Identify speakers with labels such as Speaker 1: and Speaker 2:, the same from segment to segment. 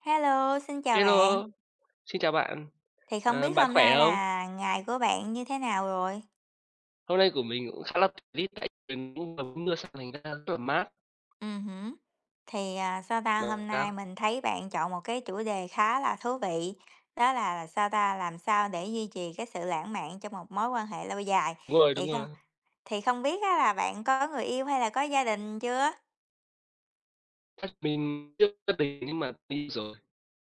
Speaker 1: Hello, xin chào bạn.
Speaker 2: Hello, xin chào bạn.
Speaker 1: Thì không
Speaker 2: Ờ,
Speaker 1: biết
Speaker 2: bạn
Speaker 1: hôm
Speaker 2: khỏe
Speaker 1: nay
Speaker 2: không?
Speaker 1: là ngày của bạn như thế nào rồi?
Speaker 2: Hôm nay của mình cũng khá là tí tại mình cũng vừa mưa sang thành ra rất là mát.
Speaker 1: Hứm. Thì, à, sao ta,
Speaker 2: Mà
Speaker 1: hôm nay
Speaker 2: sao?
Speaker 1: mình thấy bạn chọn một cái chủ đề khá là thú vị, đó là, sao ta, làm sao để duy trì cái sự lãng mạn trong một mối quan hệ lâu dài.
Speaker 2: Đúng rồi, đúng
Speaker 1: Thì không
Speaker 2: rồi.
Speaker 1: thì không biết á là bạn có người yêu hay là có gia đình chưa?
Speaker 2: Chắc mình chưa gia đình nhưng mà đi rồi.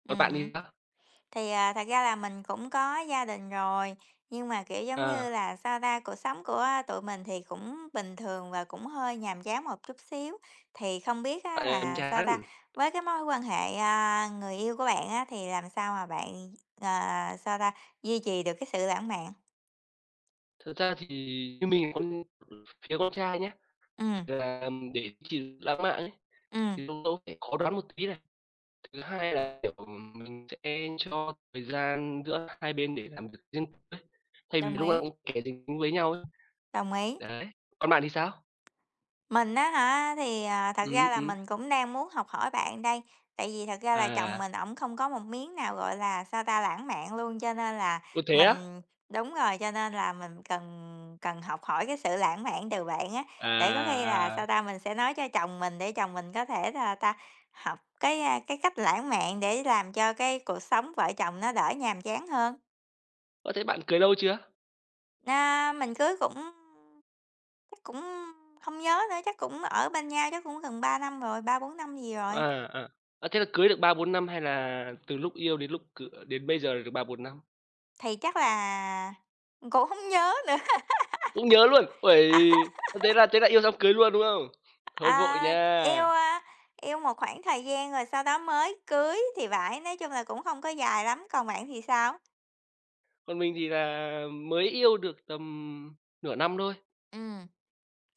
Speaker 2: Còn bạn
Speaker 1: Hứm.
Speaker 2: thì sao?
Speaker 1: Thì, à, thật ra là mình cũng có gia đình rồi, nhưng mà, kiểu, giống
Speaker 2: À,
Speaker 1: như là, sao ta, cuộc sống của tụi mình thì cũng bình thường và cũng hơi nhàm chán một chút xíu. Thì không biết á
Speaker 2: bạn làm
Speaker 1: là, sao ta,
Speaker 2: chán.
Speaker 1: với cái mối quan hệ, người yêu của bạn á thì làm sao mà bạn, ờ, sao ta, duy trì được cái sự lãng mạn?
Speaker 2: Thật ra thì như mình con phía con trai nhé,
Speaker 1: Ừ,
Speaker 2: thì là để chỉ lãng mạn ấy
Speaker 1: ừ,
Speaker 2: thì lâu lâu phải khó đoán một tí này. Thứ hai là kiểu mình sẽ cho thời gian giữa hai bên để làm việc riêng tư ấy. Thay vì
Speaker 1: đồng
Speaker 2: lúc nào
Speaker 1: ý,
Speaker 2: cũng kẻ dính với nhau ấy.
Speaker 1: đồng ý.
Speaker 2: Đấy. Còn bạn thì sao?
Speaker 1: Mình á hả, thì, à, thật ra
Speaker 2: Ừm,
Speaker 1: là
Speaker 2: ừm.
Speaker 1: mình cũng đang muốn học hỏi bạn đây, tại vì thật ra là chồng
Speaker 2: À,
Speaker 1: mình ổng không có một miếng nào, gọi là, sao ta, lãng mạn luôn, cho nên là
Speaker 2: có thế á?
Speaker 1: mình đúng rồi, cho nên là mình cần cần học hỏi cái sự lãng mạn từ bạn á, để có khi là,
Speaker 2: À, à,
Speaker 1: sao ta, mình sẽ nói cho chồng mình để chồng mình có thể, là ta, học cái cách lãng mạn để làm cho cái cuộc sống vợ chồng nó đỡ nhàm chán hơn.
Speaker 2: ơ, thế bạn cưới lâu chưa?
Speaker 1: Na mình cưới cũng Chắc cũng không nhớ nữa, chắc cũng ở bên nhau chắc cũng gần 3 năm rồi, 3 4 năm gì rồi.
Speaker 2: À, à, à, thế là cưới được 3 4 năm hay là từ lúc yêu đến lúc c đến bây giờ là được 3 4 năm?
Speaker 1: Thì chắc là cũng không nhớ nữa.
Speaker 2: Cũng nhớ luôn! Uầy,
Speaker 1: À,
Speaker 2: thế là yêu xong cưới luôn, đúng không? Hơi vội
Speaker 1: à,
Speaker 2: nha.
Speaker 1: yêu một khoảng thời gian rồi sau đó mới cưới thì phải, nói chung là cũng không có dài lắm, còn bạn thì sao?
Speaker 2: Còn mình thì là mới yêu được tầm 1/2 năm thôi,
Speaker 1: Ừm.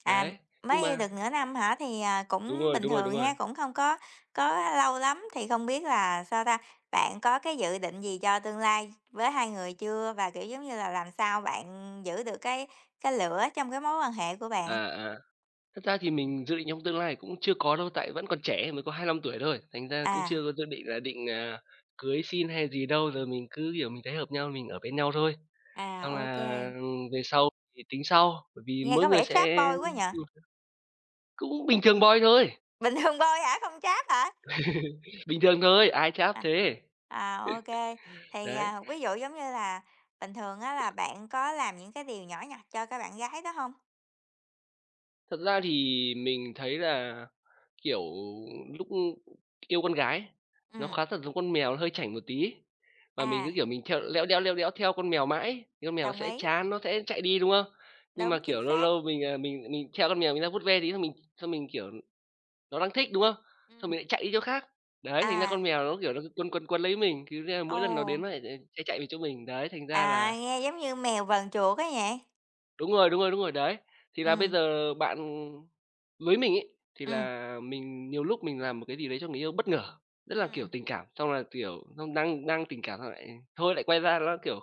Speaker 1: À,
Speaker 2: đấy, nhưng
Speaker 1: mới yêu
Speaker 2: mà
Speaker 1: được nửa năm hả? Thì, à,
Speaker 2: đúng
Speaker 1: cũng
Speaker 2: rồi,
Speaker 1: bình
Speaker 2: đúng rồi, đúng
Speaker 1: thường
Speaker 2: rồi.
Speaker 1: ha, cũng không có lâu lắm, thì không biết là, sao ta, bạn có cái dự định gì cho tương lai với hai người chưa? Và, kiểu, giống như là, làm sao bạn giữ được cái lửa trong cái mối quan hệ của bạn?
Speaker 2: À, à. Thật ra thì mình dự định trong tương lai cũng chưa có đâu, tại vẫn còn trẻ, mới có 25 tuổi thôi, thành ra cũng
Speaker 1: À.
Speaker 2: chưa có dự định là định, à, cưới xin hay gì đâu. Giờ mình cứ, kiểu, mình thấy hợp nhau mình ở bên nhau thôi, xong
Speaker 1: À, ok.
Speaker 2: là, về sau thì tính sau, bởi vì
Speaker 1: Nghe
Speaker 2: mỗi
Speaker 1: có
Speaker 2: người
Speaker 1: vẻ trap
Speaker 2: sẽ
Speaker 1: boy quá nhở.
Speaker 2: ừm, cũng bình thường boy thôi,
Speaker 1: Bình thường boy hả, không trap hả?
Speaker 2: bình thường thôi, ai chả áp
Speaker 1: À,
Speaker 2: thế.
Speaker 1: à, thì,
Speaker 2: Đấy,
Speaker 1: à, ví dụ, giống như là, bình thường á là bạn có làm những cái điều nhỏ nhặt cho các bạn gái đó không?
Speaker 2: thật ra thì mình thấy là, kiểu, lúc yêu con gái nó
Speaker 1: Ừm.
Speaker 2: khá thật giống con mèo, nó hơi chảnh một tí. Mà mình
Speaker 1: À,
Speaker 2: cứ, kiểu, mình theo léo đéo theo con mèo mãi ấy, thì con mèo
Speaker 1: đồng
Speaker 2: sẽ
Speaker 1: ý,
Speaker 2: chán, nó sẽ chạy đi, đúng không? Nhưng mà,
Speaker 1: đúng, chính
Speaker 2: kiểu, lâu
Speaker 1: xác.
Speaker 2: lâu mình, à, mình theo con mèo mình ra vuốt ve tí xong mình, kiểu, nó đang thích, đúng không? Xong
Speaker 1: Ừm.
Speaker 2: mình lại chạy đi chỗ khác. Đấy, thành ra
Speaker 1: À,
Speaker 2: con mèo nó, kiểu, nó cứ quấn, quấn, quấn lấy mình, cứ nên
Speaker 1: ồ,
Speaker 2: mỗi lần nó đến nó lại lại chạy chạy về chỗ mình. Đấy, thành ra
Speaker 1: à,
Speaker 2: là
Speaker 1: nghe giống như mèo vờn chuột á nhỉ?
Speaker 2: đúng rồi, đúng rồi, đúng rồi, đấy. Thì là bây
Speaker 1: Ừm,
Speaker 2: giờ bạn với mình ấy, thì
Speaker 1: ừm,
Speaker 2: là mình nhiều lúc mình làm một cái gì đấy cho người yêu bất ngờ, rất là, kiểu,
Speaker 1: Ừm.
Speaker 2: tình cảm, xong là, kiểu, xong đang đang tình cảm xong lại thôi lại quay ra nó, kiểu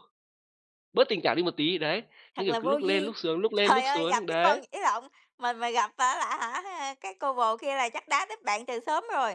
Speaker 2: bớt tình cảm đi một tí, đấy, nó,
Speaker 1: Thật
Speaker 2: kiểu,
Speaker 1: là
Speaker 2: cứ
Speaker 1: vô
Speaker 2: lúc lên
Speaker 1: duyên.
Speaker 2: lúc xuống, lúc lên
Speaker 1: Trời
Speaker 2: lúc
Speaker 1: ơi, gặp
Speaker 2: xuống,
Speaker 1: cái con
Speaker 2: đấy.
Speaker 1: ý lộn, mình mà gặp phải là hả, cái cô bồ kia là chắc đá đít bạn từ sớm rồi,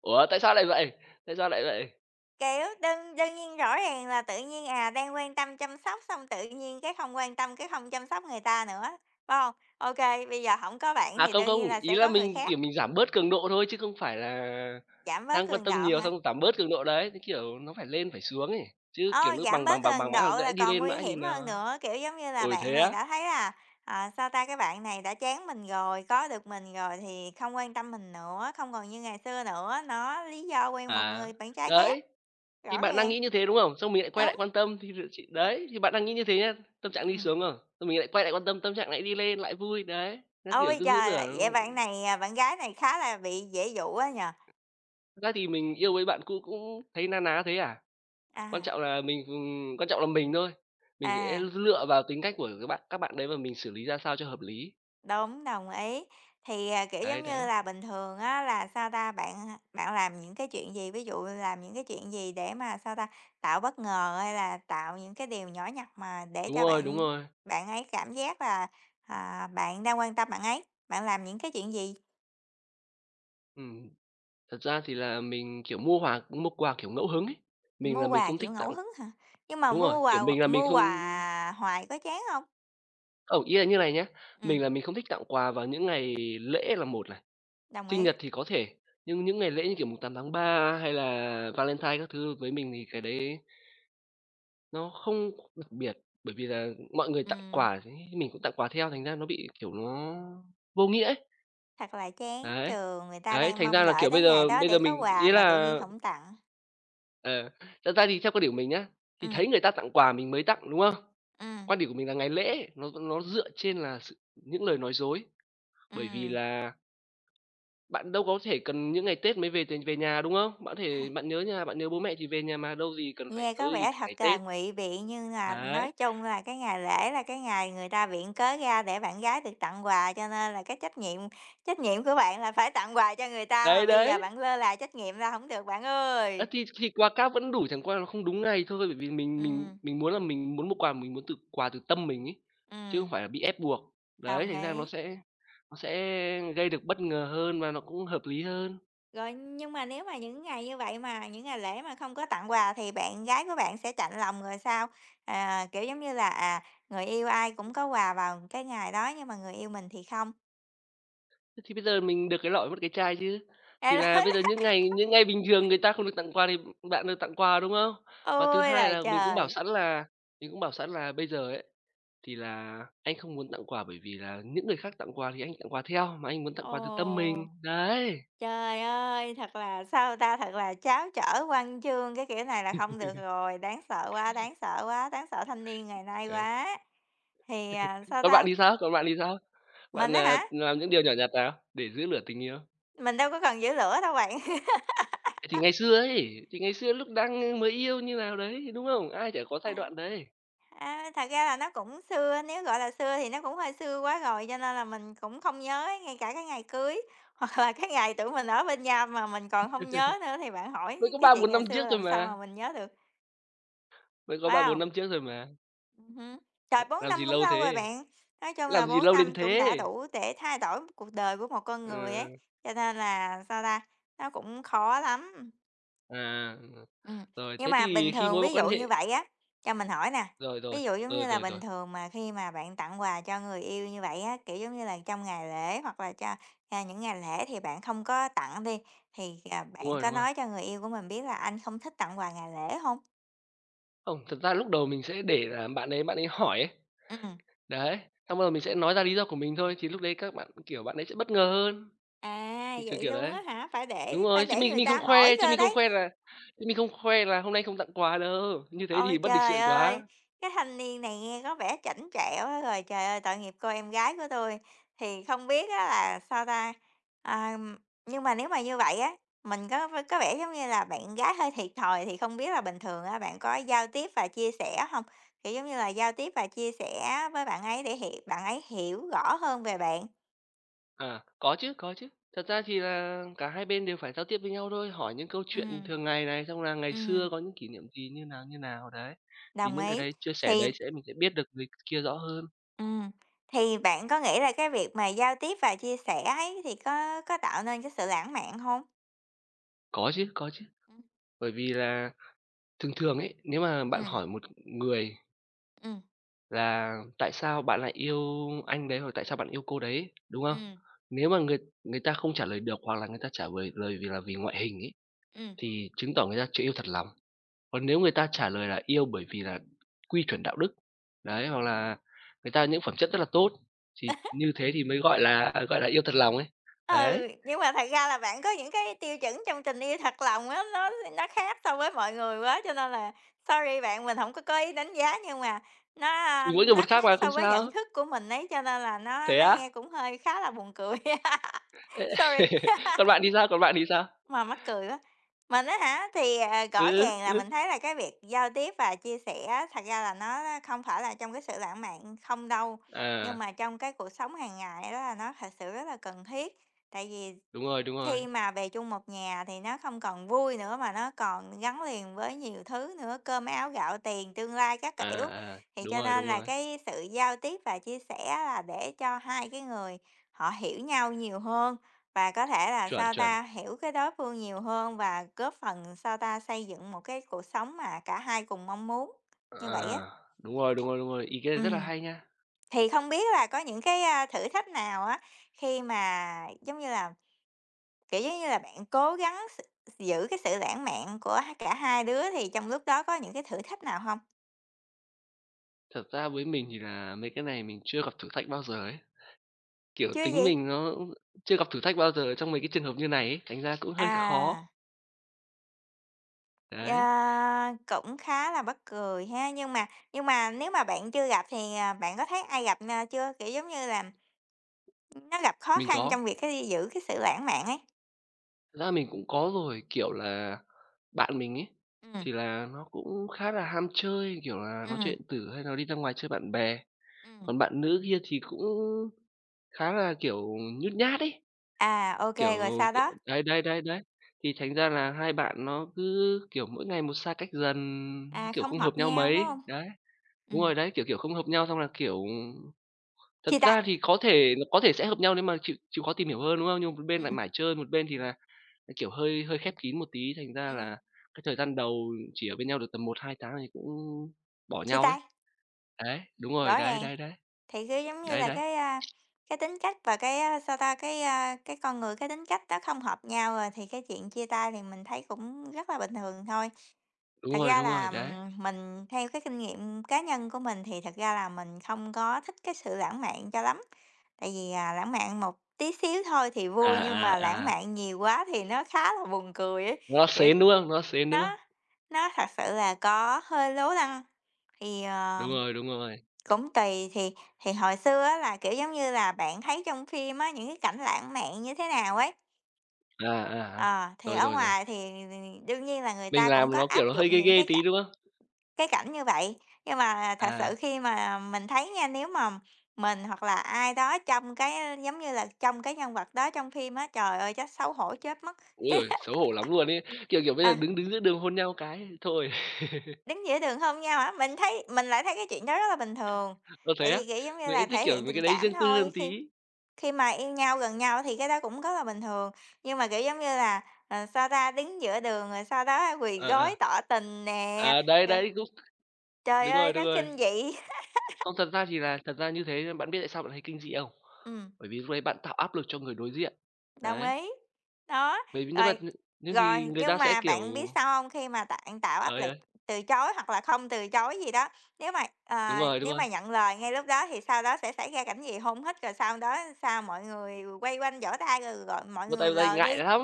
Speaker 2: "Ủa, tại sao lại vậy? Tại sao lại vậy?"
Speaker 1: kiểu, đơn đương nhiên rõ ràng là tự nhiên, à, đang quan tâm chăm sóc xong tự nhiên cái không quan tâm, cái không chăm sóc người ta nữa, phải không? Ok, bây giờ không có bạn
Speaker 2: À,
Speaker 1: thì
Speaker 2: không,
Speaker 1: đương
Speaker 2: không,
Speaker 1: nhiên là
Speaker 2: ý
Speaker 1: sẽ
Speaker 2: là
Speaker 1: có người
Speaker 2: mình,
Speaker 1: khác,
Speaker 2: kiểu, mình giảm bớt cường độ thôi chứ không phải là
Speaker 1: giảm bớt
Speaker 2: đang quan
Speaker 1: cường
Speaker 2: tâm
Speaker 1: độ
Speaker 2: nhiều
Speaker 1: hả?
Speaker 2: xong giảm bớt cường độ đấy, cái kiểu nó phải lên phải xuống ấy, chứ, kiểu,
Speaker 1: Ờ,
Speaker 2: nó
Speaker 1: giảm
Speaker 2: bằng
Speaker 1: bớt
Speaker 2: bằng bằng
Speaker 1: gần
Speaker 2: bằng mãi hoặc
Speaker 1: độ là
Speaker 2: nãy đi
Speaker 1: còn
Speaker 2: lên
Speaker 1: nguy
Speaker 2: mãi thì
Speaker 1: hiểm hơn
Speaker 2: nó
Speaker 1: nữa, kiểu, giống như là,
Speaker 2: "Ôi,
Speaker 1: bạn
Speaker 2: thế
Speaker 1: này
Speaker 2: á?
Speaker 1: đã thấy là, ờ, sao ta, cái bạn này đã chán mình rồi, có được mình rồi thì không quan tâm mình nữa, không còn như ngày xưa nữa, nó lý do quen một
Speaker 2: À."
Speaker 1: người bạn trai khác,
Speaker 2: Đấy, thì
Speaker 1: rõ
Speaker 2: bạn đang
Speaker 1: ràng,
Speaker 2: nghĩ như thế, đúng không? Xong mình lại quay
Speaker 1: đúng.
Speaker 2: lại quan tâm thì chị
Speaker 1: Ừm.
Speaker 2: đấy, thì bạn đang nghĩ như thế nhá, tâm trạng đi
Speaker 1: Ừm,
Speaker 2: xuống, rồi, xong mình lại quay lại quan tâm, tâm trạng lại đi lên, lại vui, đấy, nó, kiểu,
Speaker 1: ôi
Speaker 2: cứ giữ
Speaker 1: trời!
Speaker 2: lửa.
Speaker 1: Vậy bạn này, à, bạn gái này khá là bị dễ dụ á nhỉ?
Speaker 2: Thật ra thì mình yêu với bạn cũ cũng thấy na ná thế à,
Speaker 1: À,
Speaker 2: quan trọng là mình, quan trọng là mình thôi, mình sẽ
Speaker 1: à.
Speaker 2: lựa vào tính cách của các bạn đấy và mình xử lý ra sao cho hợp lý.
Speaker 1: Đúng, đồng ý. Thì, à, kiểu, giống
Speaker 2: Đấy,
Speaker 1: như
Speaker 2: đấy.
Speaker 1: là, bình thường á là, sao ta, bạn làm những cái chuyện gì? Ví dụ làm những cái chuyện gì để mà, sao ta, tạo bất ngờ hay là tạo những cái điều nhỏ nhặt mà để
Speaker 2: Đúng
Speaker 1: cho
Speaker 2: rồi, đúng
Speaker 1: bạn
Speaker 2: rồi.
Speaker 1: bạn ấy cảm giác là, à, bạn đang quan tâm bạn ấy? Bạn làm những cái chuyện gì?
Speaker 2: Ừm, thật ra thì là mình, kiểu, mua hòa mua quà, kiểu, ngẫu hứng ấy, mình
Speaker 1: Mua
Speaker 2: là mình
Speaker 1: quà
Speaker 2: không
Speaker 1: kiểu
Speaker 2: thích
Speaker 1: ngẫu
Speaker 2: tặng
Speaker 1: hứng hả? Nhưng mà
Speaker 2: đúng rồi, kiểu, mình là mình
Speaker 1: mua
Speaker 2: không
Speaker 1: quà hoài có chán không?
Speaker 2: ừ, ý là như này nhá,
Speaker 1: Ừm,
Speaker 2: mình là mình không thích tặng quà vào những ngày lễ là một này,
Speaker 1: đồng
Speaker 2: sinh
Speaker 1: ý.
Speaker 2: nhật thì có thể, nhưng những ngày lễ như kiểu mùng 8 tháng 3 hay là Valentine các thứ với mình thì cái đấy nó không đặc biệt, bởi vì là mọi người tặng
Speaker 1: Ừm,
Speaker 2: quà thế mình cũng tặng quà theo, thành ra nó bị, kiểu, nó vô nghĩa ấy.
Speaker 1: thật là chán
Speaker 2: Đấy,
Speaker 1: trường, người ta
Speaker 2: đấy,
Speaker 1: đang
Speaker 2: thành
Speaker 1: mong
Speaker 2: ra là,
Speaker 1: đợi
Speaker 2: kiểu,
Speaker 1: tới
Speaker 2: bây
Speaker 1: ngày
Speaker 2: giờ
Speaker 1: đó
Speaker 2: bây
Speaker 1: để
Speaker 2: giờ
Speaker 1: có
Speaker 2: mình
Speaker 1: quà
Speaker 2: ý
Speaker 1: mà tự
Speaker 2: là,
Speaker 1: nhiên không tặng.
Speaker 2: ờ, thật ra thì theo quan điểm của mình nhá,
Speaker 1: Ừ,
Speaker 2: thì thấy người ta tặng quà mình mới tặng, đúng không?
Speaker 1: ừ,
Speaker 2: Quan điểm của mình là ngày lễ nó dựa trên là sự những lời nói dối,
Speaker 1: ừ,
Speaker 2: bởi vì là bạn đâu có thể cần những ngày Tết mới về t về nhà, đúng không? Bạn
Speaker 1: tha
Speaker 2: thể bạn nhớ nhà, bạn nhớ bố mẹ thì về nhà mà, đâu gì cần phải
Speaker 1: nghe
Speaker 2: cớ
Speaker 1: có
Speaker 2: gì
Speaker 1: vẻ
Speaker 2: phải
Speaker 1: thật
Speaker 2: ngày
Speaker 1: là
Speaker 2: Tết.
Speaker 1: ngụy biện nhưng là
Speaker 2: Đấy,
Speaker 1: nói chung là cái ngày lễ là cái ngày người ta viện cớ ra để bạn gái được tặng quà, cho nên là cái trách nhiệm của bạn là phải tặng quà cho người ta mà
Speaker 2: đấy,
Speaker 1: bây giờ
Speaker 2: đấy.
Speaker 1: bạn lơ là trách nhiệm là không được bạn
Speaker 2: Ơ,
Speaker 1: ơi.
Speaker 2: thì quà cáp vẫn đủ, chẳng qua nó không đúng ngày thôi, bởi vì mình mình
Speaker 1: Ừm,
Speaker 2: mình muốn là mình muốn mua quà mình muốn từ quà từ tâm mình ấy, chứ không
Speaker 1: ừm,
Speaker 2: phải là bị ép buộc. Đấy,
Speaker 1: đồng
Speaker 2: thành ra
Speaker 1: ý.
Speaker 2: nó sẽ gây được bất ngờ hơn và nó cũng hợp lý hơn.
Speaker 1: Rồi, nhưng mà nếu mà những ngày như vậy mà những ngày lễ mà không có tặng quà thì bạn gái của bạn sẽ chạnh lòng rồi sao? À, kiểu, giống như là, à, người yêu ai cũng có quà vào cái ngày đó nhưng mà người yêu mình thì không?
Speaker 2: Thế thì bây giờ mình được cái lọ mất cái chai chứ.
Speaker 1: Ê
Speaker 2: Thì là bây giờ những ngày bình thường người ta không được tặng quà thì bạn được tặng quà, đúng không? Và thứ
Speaker 1: Ôi
Speaker 2: hai
Speaker 1: là
Speaker 2: là mình cũng bảo
Speaker 1: trời!
Speaker 2: sẵn là mình cũng bảo sẵn là bây giờ ấy, thì là anh không muốn tặng quà bởi vì là những người khác tặng quà thì anh tặng quà theo, mà anh muốn tặng quà từ tâm mình.
Speaker 1: Ồ!
Speaker 2: Đấy.
Speaker 1: Trời ơi! Thật là sao ta? Thật là tráo trở văn chương cái kiểu này là không được rồi, đáng sợ quá, đáng sợ quá, đáng sợ thanh niên ngày nay
Speaker 2: Đấy.
Speaker 1: quá. Thì, à, sao
Speaker 2: Còn bạn
Speaker 1: ta?
Speaker 2: thì sao? Còn bạn thì sao?
Speaker 1: Mình
Speaker 2: Bạn,
Speaker 1: á
Speaker 2: à,
Speaker 1: hả?
Speaker 2: làm những điều nhỏ nhặt nào để giữ lửa tình yêu?
Speaker 1: Mình đâu có cần giữ lửa đâu bạn.
Speaker 2: Thì ngày xưa ấy, thì ngày xưa lúc đang, mới yêu như nào đấy, đúng không? Ai chả có giai
Speaker 1: À.
Speaker 2: đoạn đấy.
Speaker 1: À, thật ra là nó cũng xưa, nếu gọi là xưa thì nó cũng hơi xưa quá rồi, cho nên là mình cũng không nhớ ấy, ngay cả cái ngày cưới, hoặc là cái ngày tụi mình ở bên nhau mà mình còn không nhớ nữa thì bạn
Speaker 2: Mới
Speaker 1: hỏi
Speaker 2: có
Speaker 1: cái
Speaker 2: 3
Speaker 1: chuyện
Speaker 2: 4
Speaker 1: ngày
Speaker 2: năm
Speaker 1: xưa
Speaker 2: trước thôi
Speaker 1: làm sao mà
Speaker 2: mà,
Speaker 1: mình nhớ được,
Speaker 2: mới có 3
Speaker 1: phải
Speaker 2: 4
Speaker 1: hông?
Speaker 2: năm trước thôi mà,
Speaker 1: Ừm. Trời, 4
Speaker 2: làm
Speaker 1: năm
Speaker 2: gì
Speaker 1: cũng
Speaker 2: lâu
Speaker 1: lâu rồi
Speaker 2: thế,
Speaker 1: bạn. Nói chung là
Speaker 2: làm gì
Speaker 1: 4
Speaker 2: lâu đến
Speaker 1: năm cũng đã
Speaker 2: thế.
Speaker 1: đủ để thay đổi cuộc đời của một con người
Speaker 2: Ờ,
Speaker 1: ấy, cho nên là, sao ta, nó cũng khó lắm.
Speaker 2: à,
Speaker 1: Ừm,
Speaker 2: rồi,
Speaker 1: nhưng
Speaker 2: thế
Speaker 1: mà bình
Speaker 2: thì khi
Speaker 1: thường
Speaker 2: mối mối
Speaker 1: ví
Speaker 2: quan
Speaker 1: dụ
Speaker 2: hệ
Speaker 1: như vậy á, cho mình hỏi nè,
Speaker 2: rồi, rồi,
Speaker 1: ví dụ, giống
Speaker 2: ừ,
Speaker 1: như là,
Speaker 2: rồi,
Speaker 1: bình
Speaker 2: rồi,
Speaker 1: thường mà khi mà bạn tặng quà cho người yêu như vậy á, kiểu, giống như là, trong ngày lễ hoặc là cho, à, những ngày lễ thì bạn không có tặng đi, thì, à,
Speaker 2: đúng
Speaker 1: bạn
Speaker 2: rồi,
Speaker 1: có
Speaker 2: đúng rồi.
Speaker 1: nói cho người yêu của mình biết là anh không thích tặng quà ngày lễ không?
Speaker 2: Không, thật ra lúc đầu mình sẽ để là bạn ấy hỏi ấy,
Speaker 1: Ừm.
Speaker 2: đấy, xong bắt mình sẽ nói ra lý do của mình thôi, thì lúc đấy các bạn, kiểu, bạn ấy sẽ bất ngờ hơn,
Speaker 1: À,
Speaker 2: kiểu,
Speaker 1: vậy
Speaker 2: kiểu
Speaker 1: luôn
Speaker 2: đấy.
Speaker 1: á hả? Phải
Speaker 2: Đúng
Speaker 1: để phải
Speaker 2: rồi, chứ
Speaker 1: để người
Speaker 2: mình không
Speaker 1: ta hỏi
Speaker 2: khoe chứ
Speaker 1: cơ
Speaker 2: mình không
Speaker 1: đấy.
Speaker 2: khoe là chứ mình không khoe là hôm nay không tặng quà đâu, như thế
Speaker 1: Ôi
Speaker 2: thì bất lịch
Speaker 1: trời
Speaker 2: sự
Speaker 1: ơi,
Speaker 2: quá.
Speaker 1: cái thanh niên này nghe có vẻ chảnh chẹo quá rồi. Trời ơi, tội nghiệp cô em gái của tôi. Thì không biết á là sao ta? À, nhưng mà nếu mà như vậy á, mình có vẻ giống như là bạn gái hơi thiệt thòi, thì không biết là bình thường á, bạn có giao tiếp và chia sẻ không? Kiểu, giống như là giao tiếp và chia sẻ với bạn ấy để hiểu bạn ấy hiểu rõ hơn về bạn.
Speaker 2: À, có chứ, có chứ. Thật ra thì là cả hai bên đều phải giao tiếp với nhau thôi, hỏi những câu chuyện
Speaker 1: Ừm.
Speaker 2: thường ngày này, xong là ngày
Speaker 1: Ừm,
Speaker 2: xưa có những kỷ niệm gì, như nào, đấy. Thì
Speaker 1: đồng
Speaker 2: những cái
Speaker 1: ý.
Speaker 2: đấy chia sẻ
Speaker 1: Thì
Speaker 2: đấy sẽ mình sẽ biết được người kia rõ hơn.
Speaker 1: ừ thì bạn có nghĩ là cái việc mà giao tiếp và chia sẻ ấy thì có tạo nên cái sự lãng mạn không?
Speaker 2: Có chứ,
Speaker 1: Ừ,
Speaker 2: bởi vì là thường thường ấy, nếu mà
Speaker 1: ừ,
Speaker 2: bạn hỏi một người
Speaker 1: ừm,
Speaker 2: là tại sao bạn lại yêu anh đấy, hoặc tại sao bạn yêu cô đấy, đúng không?
Speaker 1: ừm,
Speaker 2: Nếu mà người người ta không trả lời được hoặc là người ta trả lời lời vì là vì ngoại hình ấy,
Speaker 1: ừm.
Speaker 2: thì chứng tỏ người ta chưa yêu thật lòng. Còn nếu người ta trả lời là yêu bởi vì là quy chuẩn đạo đức, đấy, hoặc là người ta những phẩm chất rất là tốt, thì như thế thì mới gọi là, yêu thật lòng ấy. Đấy,
Speaker 1: Ừ, nhưng mà thật ra là bạn có những cái tiêu chuẩn trong tình yêu thật lòng á, nó khác so với mọi người quá, cho nên là sorry bạn, mình không có ý đánh giá nhưng mà
Speaker 2: thì mỗi người
Speaker 1: nó
Speaker 2: một khác
Speaker 1: khác
Speaker 2: mà,
Speaker 1: so
Speaker 2: không
Speaker 1: với nhận
Speaker 2: sao.
Speaker 1: thức của mình ấy, cho nên là nó
Speaker 2: Thế
Speaker 1: nó
Speaker 2: á?
Speaker 1: nghe cũng hơi khá là buồn cười. Sorry.
Speaker 2: Ê còn bạn thì sao, còn bạn thì sao?
Speaker 1: Mà mắc cười quá. Mình á hả, thì, à,
Speaker 2: Ừ,
Speaker 1: rõ
Speaker 2: ừ,
Speaker 1: ràng là
Speaker 2: ừ.
Speaker 1: mình thấy là cái việc giao tiếp và chia sẻ á, thật ra là nó không phải là trong cái sự lãng mạn không đâu, nhưng
Speaker 2: À,
Speaker 1: mà trong cái cuộc sống hàng ngày đó là nó thật sự rất là cần thiết. Tại vì
Speaker 2: đúng rồi, đúng rồi.
Speaker 1: khi mà về chung một nhà thì nó không còn vui nữa mà nó còn gắn liền với nhiều thứ nữa, cơm áo gạo tiền, tương lai các
Speaker 2: À,
Speaker 1: kiểu.
Speaker 2: à,
Speaker 1: Thì
Speaker 2: đúng
Speaker 1: cho
Speaker 2: rồi,
Speaker 1: nên
Speaker 2: đúng
Speaker 1: là
Speaker 2: rồi.
Speaker 1: cái sự giao tiếp và chia sẻ là để cho hai cái người họ hiểu nhau nhiều hơn và có thể là,
Speaker 2: Chuẩn,
Speaker 1: sao
Speaker 2: chuẩn.
Speaker 1: ta, hiểu cái đối phương nhiều hơn và góp phần, sao ta, xây dựng một cái cuộc sống mà cả hai cùng mong muốn, như vậy á.
Speaker 2: À, đúng rồi, đúng rồi, đúng rồi, ý kiến rất là
Speaker 1: Ừm,
Speaker 2: hay nha.
Speaker 1: thì không biết là có những cái, thử thách nào á, khi mà, giống như là, kiểu, giống như là, bạn cố gắng giữ cái sự lãng mạn của cả hai đứa thì trong lúc đó có những cái thử thách nào không?
Speaker 2: Thật ra với mình thì là mấy cái này mình chưa gặp thử thách bao giờ ấy, kiểu,
Speaker 1: Chưa
Speaker 2: tính
Speaker 1: gì?
Speaker 2: mình nó cũng chưa gặp thử thách bao giờ trong mấy cái trường hợp như này ấy, thành ra cũng hơi
Speaker 1: À,
Speaker 2: khó. Đấy,
Speaker 1: à, cũng khá là mắc cười ha. Nhưng mà nếu mà bạn chưa gặp thì, à, bạn có thấy ai gặp, chưa? Kiểu, giống như là, nó gặp khó
Speaker 2: mình
Speaker 1: khăn
Speaker 2: có,
Speaker 1: trong việc cái giữ cái sự lãng mạn ấy.
Speaker 2: thật ra mình cũng có rồi, kiểu là, bạn mình ấy,
Speaker 1: Ừm,
Speaker 2: thì là nó cũng khá là ham chơi, kiểu là, nó chơi
Speaker 1: ừm,
Speaker 2: điện tử hay nó đi ra ngoài chơi bạn bè,
Speaker 1: ừm.
Speaker 2: còn bạn nữ kia thì cũng khá là, kiểu, nhút nhát ấy,
Speaker 1: À, ok rồi
Speaker 2: kiểu,
Speaker 1: sau
Speaker 2: kiểu
Speaker 1: đó?
Speaker 2: đấy, đấy, đấy, đấy, thì thành ra là hai bạn nó cứ, kiểu, mỗi ngày một xa cách dần,
Speaker 1: À,
Speaker 2: kiểu,
Speaker 1: không
Speaker 2: không
Speaker 1: hợp
Speaker 2: hợp nhau
Speaker 1: nhau, phải
Speaker 2: mấy.
Speaker 1: không?
Speaker 2: Đấy, đúng
Speaker 1: Ừm,
Speaker 2: rồi đấy, kiểu, kiểu, không hợp nhau xong là, kiểu thật
Speaker 1: chia tay,
Speaker 2: ra thì có thể sẽ hợp nhau nếu mà chịu chịu khó tìm hiểu hơn, đúng không? Nhưng mà một bên lại
Speaker 1: ừm,
Speaker 2: mải chơi, một bên thì là, kiểu, hơi hơi khép kín một tí, thành ra
Speaker 1: ừm,
Speaker 2: là cái thời gian đầu chỉ ở bên nhau được tầm 1 2 tháng thì cũng bỏ
Speaker 1: chia
Speaker 2: nhau ấy.
Speaker 1: tay,
Speaker 2: Đấy, đúng rồi,
Speaker 1: rõ
Speaker 2: đấy,
Speaker 1: ràng.
Speaker 2: đấy, đấy,
Speaker 1: Thì cứ giống như
Speaker 2: đấy,
Speaker 1: là
Speaker 2: đấy,
Speaker 1: cái tính cách và cái, a, sao ta, cái, a, cái con người, cái tính cách đó không hợp nhau rồi thì cái chuyện chia tay thì mình thấy cũng rất là bình thường thôi. Thật ra
Speaker 2: đúng
Speaker 1: là,
Speaker 2: rồi, đấy.
Speaker 1: mình theo cái kinh nghiệm cá nhân của mình thì thật ra là mình không có thích cái sự lãng mạn cho lắm, tại vì, lãng mạn một tí xíu thôi thì vui nhưng
Speaker 2: À,
Speaker 1: mà lãng
Speaker 2: à, à,
Speaker 1: mạn nhiều quá thì nó khá là buồn cười ấy,
Speaker 2: nó
Speaker 1: kiểu,
Speaker 2: xến, đúng không? Nó xến, đúng
Speaker 1: nó
Speaker 2: không?
Speaker 1: nó thật sự là có hơi lố lăng. Thì,
Speaker 2: Đúng rồi, đúng rồi.
Speaker 1: cũng tùy, thì hồi xưa á là, kiểu, giống như là, bạn thấy trong phim á, những cái cảnh lãng mạn như thế nào ấy,
Speaker 2: À, à, à.
Speaker 1: ờ, thì
Speaker 2: Rồi,
Speaker 1: ở
Speaker 2: rồi, rồi.
Speaker 1: ngoài thì đương nhiên là người
Speaker 2: Mình
Speaker 1: ta cũng
Speaker 2: làm
Speaker 1: có
Speaker 2: nó, kiểu,
Speaker 1: áp
Speaker 2: nó hơi
Speaker 1: dụng
Speaker 2: ghê
Speaker 1: những
Speaker 2: ghê
Speaker 1: cái
Speaker 2: tí,
Speaker 1: cảnh
Speaker 2: đúng không?
Speaker 1: cái cảnh như vậy. Nhưng mà thật sự
Speaker 2: À,
Speaker 1: khi mà mình thấy nha, nếu mà mình hoặc là ai đó trong cái giống như là, trong cái nhân vật đó trong phim á, trời ơi, chắc xấu hổ chết mất.
Speaker 2: ôi giời, xấu hổ lắm luôn ấy. Kiểu, kiểu, bây giờ
Speaker 1: À,
Speaker 2: đứng đứng giữa đường hôn nhau cái thôi.
Speaker 1: đứng giữa đường hôn nhau á. Mình thấy mình lại thấy cái chuyện đó rất là bình thường,
Speaker 2: Ơ, thế
Speaker 1: tại
Speaker 2: á?
Speaker 1: vì, kiểu, giống như
Speaker 2: Mình
Speaker 1: là,
Speaker 2: lại thích,
Speaker 1: thể
Speaker 2: kiểu,
Speaker 1: hiện
Speaker 2: mấy
Speaker 1: tình
Speaker 2: cái đấy
Speaker 1: cảm
Speaker 2: riêng tư
Speaker 1: thôi
Speaker 2: hơn
Speaker 1: khi
Speaker 2: tí.
Speaker 1: Khi mà yêu nhau, gần nhau thì cái đó cũng rất là bình thường, nhưng mà, kiểu, giống như là, ờ, sao ta, đứng giữa đường rồi sau đó quỳ
Speaker 2: Ờ,
Speaker 1: gối
Speaker 2: ờ.
Speaker 1: tỏ tình nè,
Speaker 2: À, đấy,
Speaker 1: rồi
Speaker 2: đấy, cũng
Speaker 1: trời
Speaker 2: đúng
Speaker 1: ơi,
Speaker 2: rồi, đúng
Speaker 1: nó
Speaker 2: rồi.
Speaker 1: kinh dị.
Speaker 2: Không, thật ra thì là thật ra như thế bạn biết tại sao bạn thấy kinh dị không?
Speaker 1: Ừm.
Speaker 2: Bởi vì lúc đấy bạn tạo áp lực cho người đối diện.
Speaker 1: Đồng
Speaker 2: Đấy,
Speaker 1: ý. Đó,
Speaker 2: bởi vì nếu mà
Speaker 1: rồi
Speaker 2: nh nhưng thì
Speaker 1: rồi,
Speaker 2: người
Speaker 1: nhưng
Speaker 2: ta sẽ,
Speaker 1: mà
Speaker 2: kiểu
Speaker 1: bạn biết sao hông? Khi mà bạn tạo
Speaker 2: ờ,
Speaker 1: áp
Speaker 2: ờ,
Speaker 1: lực từ chối hoặc là không từ chối gì đó, nếu mà,
Speaker 2: đúng
Speaker 1: nếu
Speaker 2: rồi,
Speaker 1: mà nhận lời ngay lúc đó thì sau đó sẽ xảy ra cảnh gì hôn hít, rồi sau đó sao? Mọi người quay quanh vỗ tay rồi rồi mọi người
Speaker 2: vỗ tay
Speaker 1: lờ
Speaker 2: ngại
Speaker 1: đi.
Speaker 2: lắm,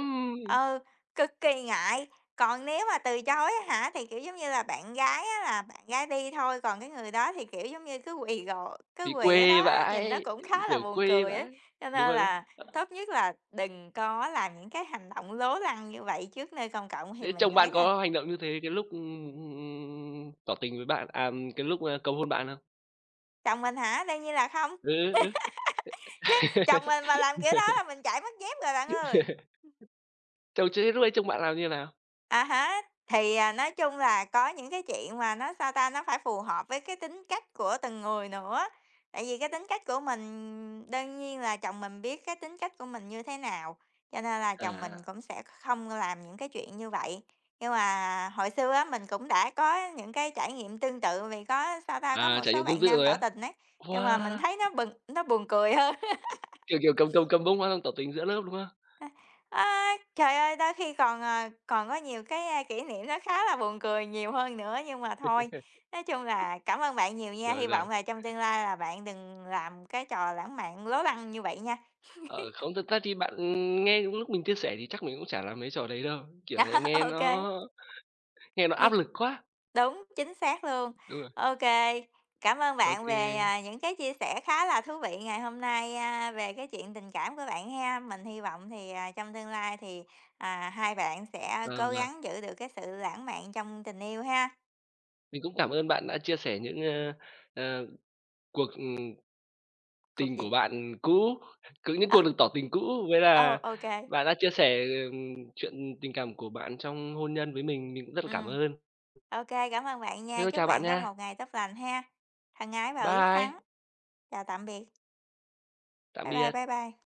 Speaker 1: Ừ, cực kỳ ngại. Còn nếu mà từ chối á hả, thì, kiểu, giống như là, bạn gái á là bạn gái đi thôi, còn cái người đó thì, kiểu, giống như, cứ
Speaker 2: bị
Speaker 1: quỳ ở đó
Speaker 2: quê
Speaker 1: á, nhìn nó
Speaker 2: vãi,
Speaker 1: cũng khá là
Speaker 2: kiểu,
Speaker 1: buồn
Speaker 2: quê
Speaker 1: cười ấy.
Speaker 2: vãi.
Speaker 1: Cho
Speaker 2: Đúng
Speaker 1: nên
Speaker 2: rồi đó.
Speaker 1: là Tốt nhất là đừng có làm những cái hành động lố lăng như vậy trước nơi công cộng, thì
Speaker 2: Thế
Speaker 1: mình
Speaker 2: chồng
Speaker 1: thấy
Speaker 2: bạn
Speaker 1: là
Speaker 2: có hành động như thế cái lúc, tỏ tình với bạn, à, cái lúc, a, cầu hôn bạn không?
Speaker 1: chồng mình hả? Đương nhiên là không,
Speaker 2: Ừ, ừ.
Speaker 1: chứ chồng mình mà làm kiểu đó là mình chạy mất dép rồi bạn ơi.
Speaker 2: Chồng thế lúc đấy chồng bạn làm như nào?
Speaker 1: À há, thì, nói chung là có những cái chuyện mà nó, sao ta, nó phải phù hợp với cái tính cách của từng người nữa. Tại vì cái tính cách của mình đương nhiên là chồng mình biết cái tính cách của mình như thế nào, cho nên là chồng mình
Speaker 2: À,
Speaker 1: cũng sẽ không làm những cái chuyện như vậy. Nhưng mà hồi xưa á, mình cũng đã có những cái trải nghiệm tương tự vì có, sao ta, có
Speaker 2: à,
Speaker 1: một
Speaker 2: trải
Speaker 1: số
Speaker 2: nghiệm tương
Speaker 1: bạn
Speaker 2: tự
Speaker 1: nam
Speaker 2: rồi
Speaker 1: tỏ
Speaker 2: á?
Speaker 1: tình ấy, nhưng mà mình
Speaker 2: Wow!
Speaker 1: thấy nó buồn cười hơn.
Speaker 2: Kiểu, kiểu, cầm cầm cầm bông hoa xong tỏ tình giữa lớp, đúng không?
Speaker 1: A, trời ơi, đôi khi còn, còn có nhiều kỷ niệm nó khá là buồn cười nhiều hơn nữa, nhưng mà thôi, nói chung là cảm ơn bạn nhiều nha,
Speaker 2: Rồi,
Speaker 1: hy vọng
Speaker 2: rồi.
Speaker 1: là trong tương lai là bạn đừng làm cái trò lãng mạn lố lăng như vậy nha.
Speaker 2: Ờ, không, thật ra thì bạn, nghe những lúc mình chia sẻ thì chắc mình cũng chả làm mấy trò đấy đâu, kiểu
Speaker 1: Đó,
Speaker 2: này
Speaker 1: ô
Speaker 2: nghe nó
Speaker 1: nghe
Speaker 2: áp lực quá.
Speaker 1: đúng, chính xác luôn.
Speaker 2: Đúng rồi,
Speaker 1: OK, cảm ơn
Speaker 2: ô
Speaker 1: bạn
Speaker 2: kê.
Speaker 1: về, những cái chia sẻ khá là thú vị ngày hôm nay, về cái chuyện tình cảm của bạn ha. Mình hy vọng thì, trong tương lai thì, hai bạn sẽ
Speaker 2: Vâng,
Speaker 1: cố
Speaker 2: vâng.
Speaker 1: gắng giữ được cái sự lãng mạn trong tình yêu ha.
Speaker 2: Mình cũng cảm ơn bạn đã chia sẻ những, ơ, ờ, cuộc,
Speaker 1: Cuộc
Speaker 2: tình
Speaker 1: gì?
Speaker 2: của bạn cũ, cứ những
Speaker 1: Ờ.
Speaker 2: cuộc được tỏ tình cũ, với
Speaker 1: Ờ,
Speaker 2: là bạn đã chia sẻ, chuyện tình cảm của bạn trong hôn nhân với mình cũng rất là cảm
Speaker 1: ừm,
Speaker 2: ơn.
Speaker 1: ô kê, cảm ơn bạn
Speaker 2: Thế
Speaker 1: nha,
Speaker 2: thôi
Speaker 1: chúc
Speaker 2: chào bạn
Speaker 1: bạn có
Speaker 2: nha.
Speaker 1: một ngày tốt lành ha. Thân ái và quyết
Speaker 2: Bye,
Speaker 1: thắng. Chào tạm biệt.
Speaker 2: tạm
Speaker 1: Bye bye, bye
Speaker 2: biệt.
Speaker 1: bye.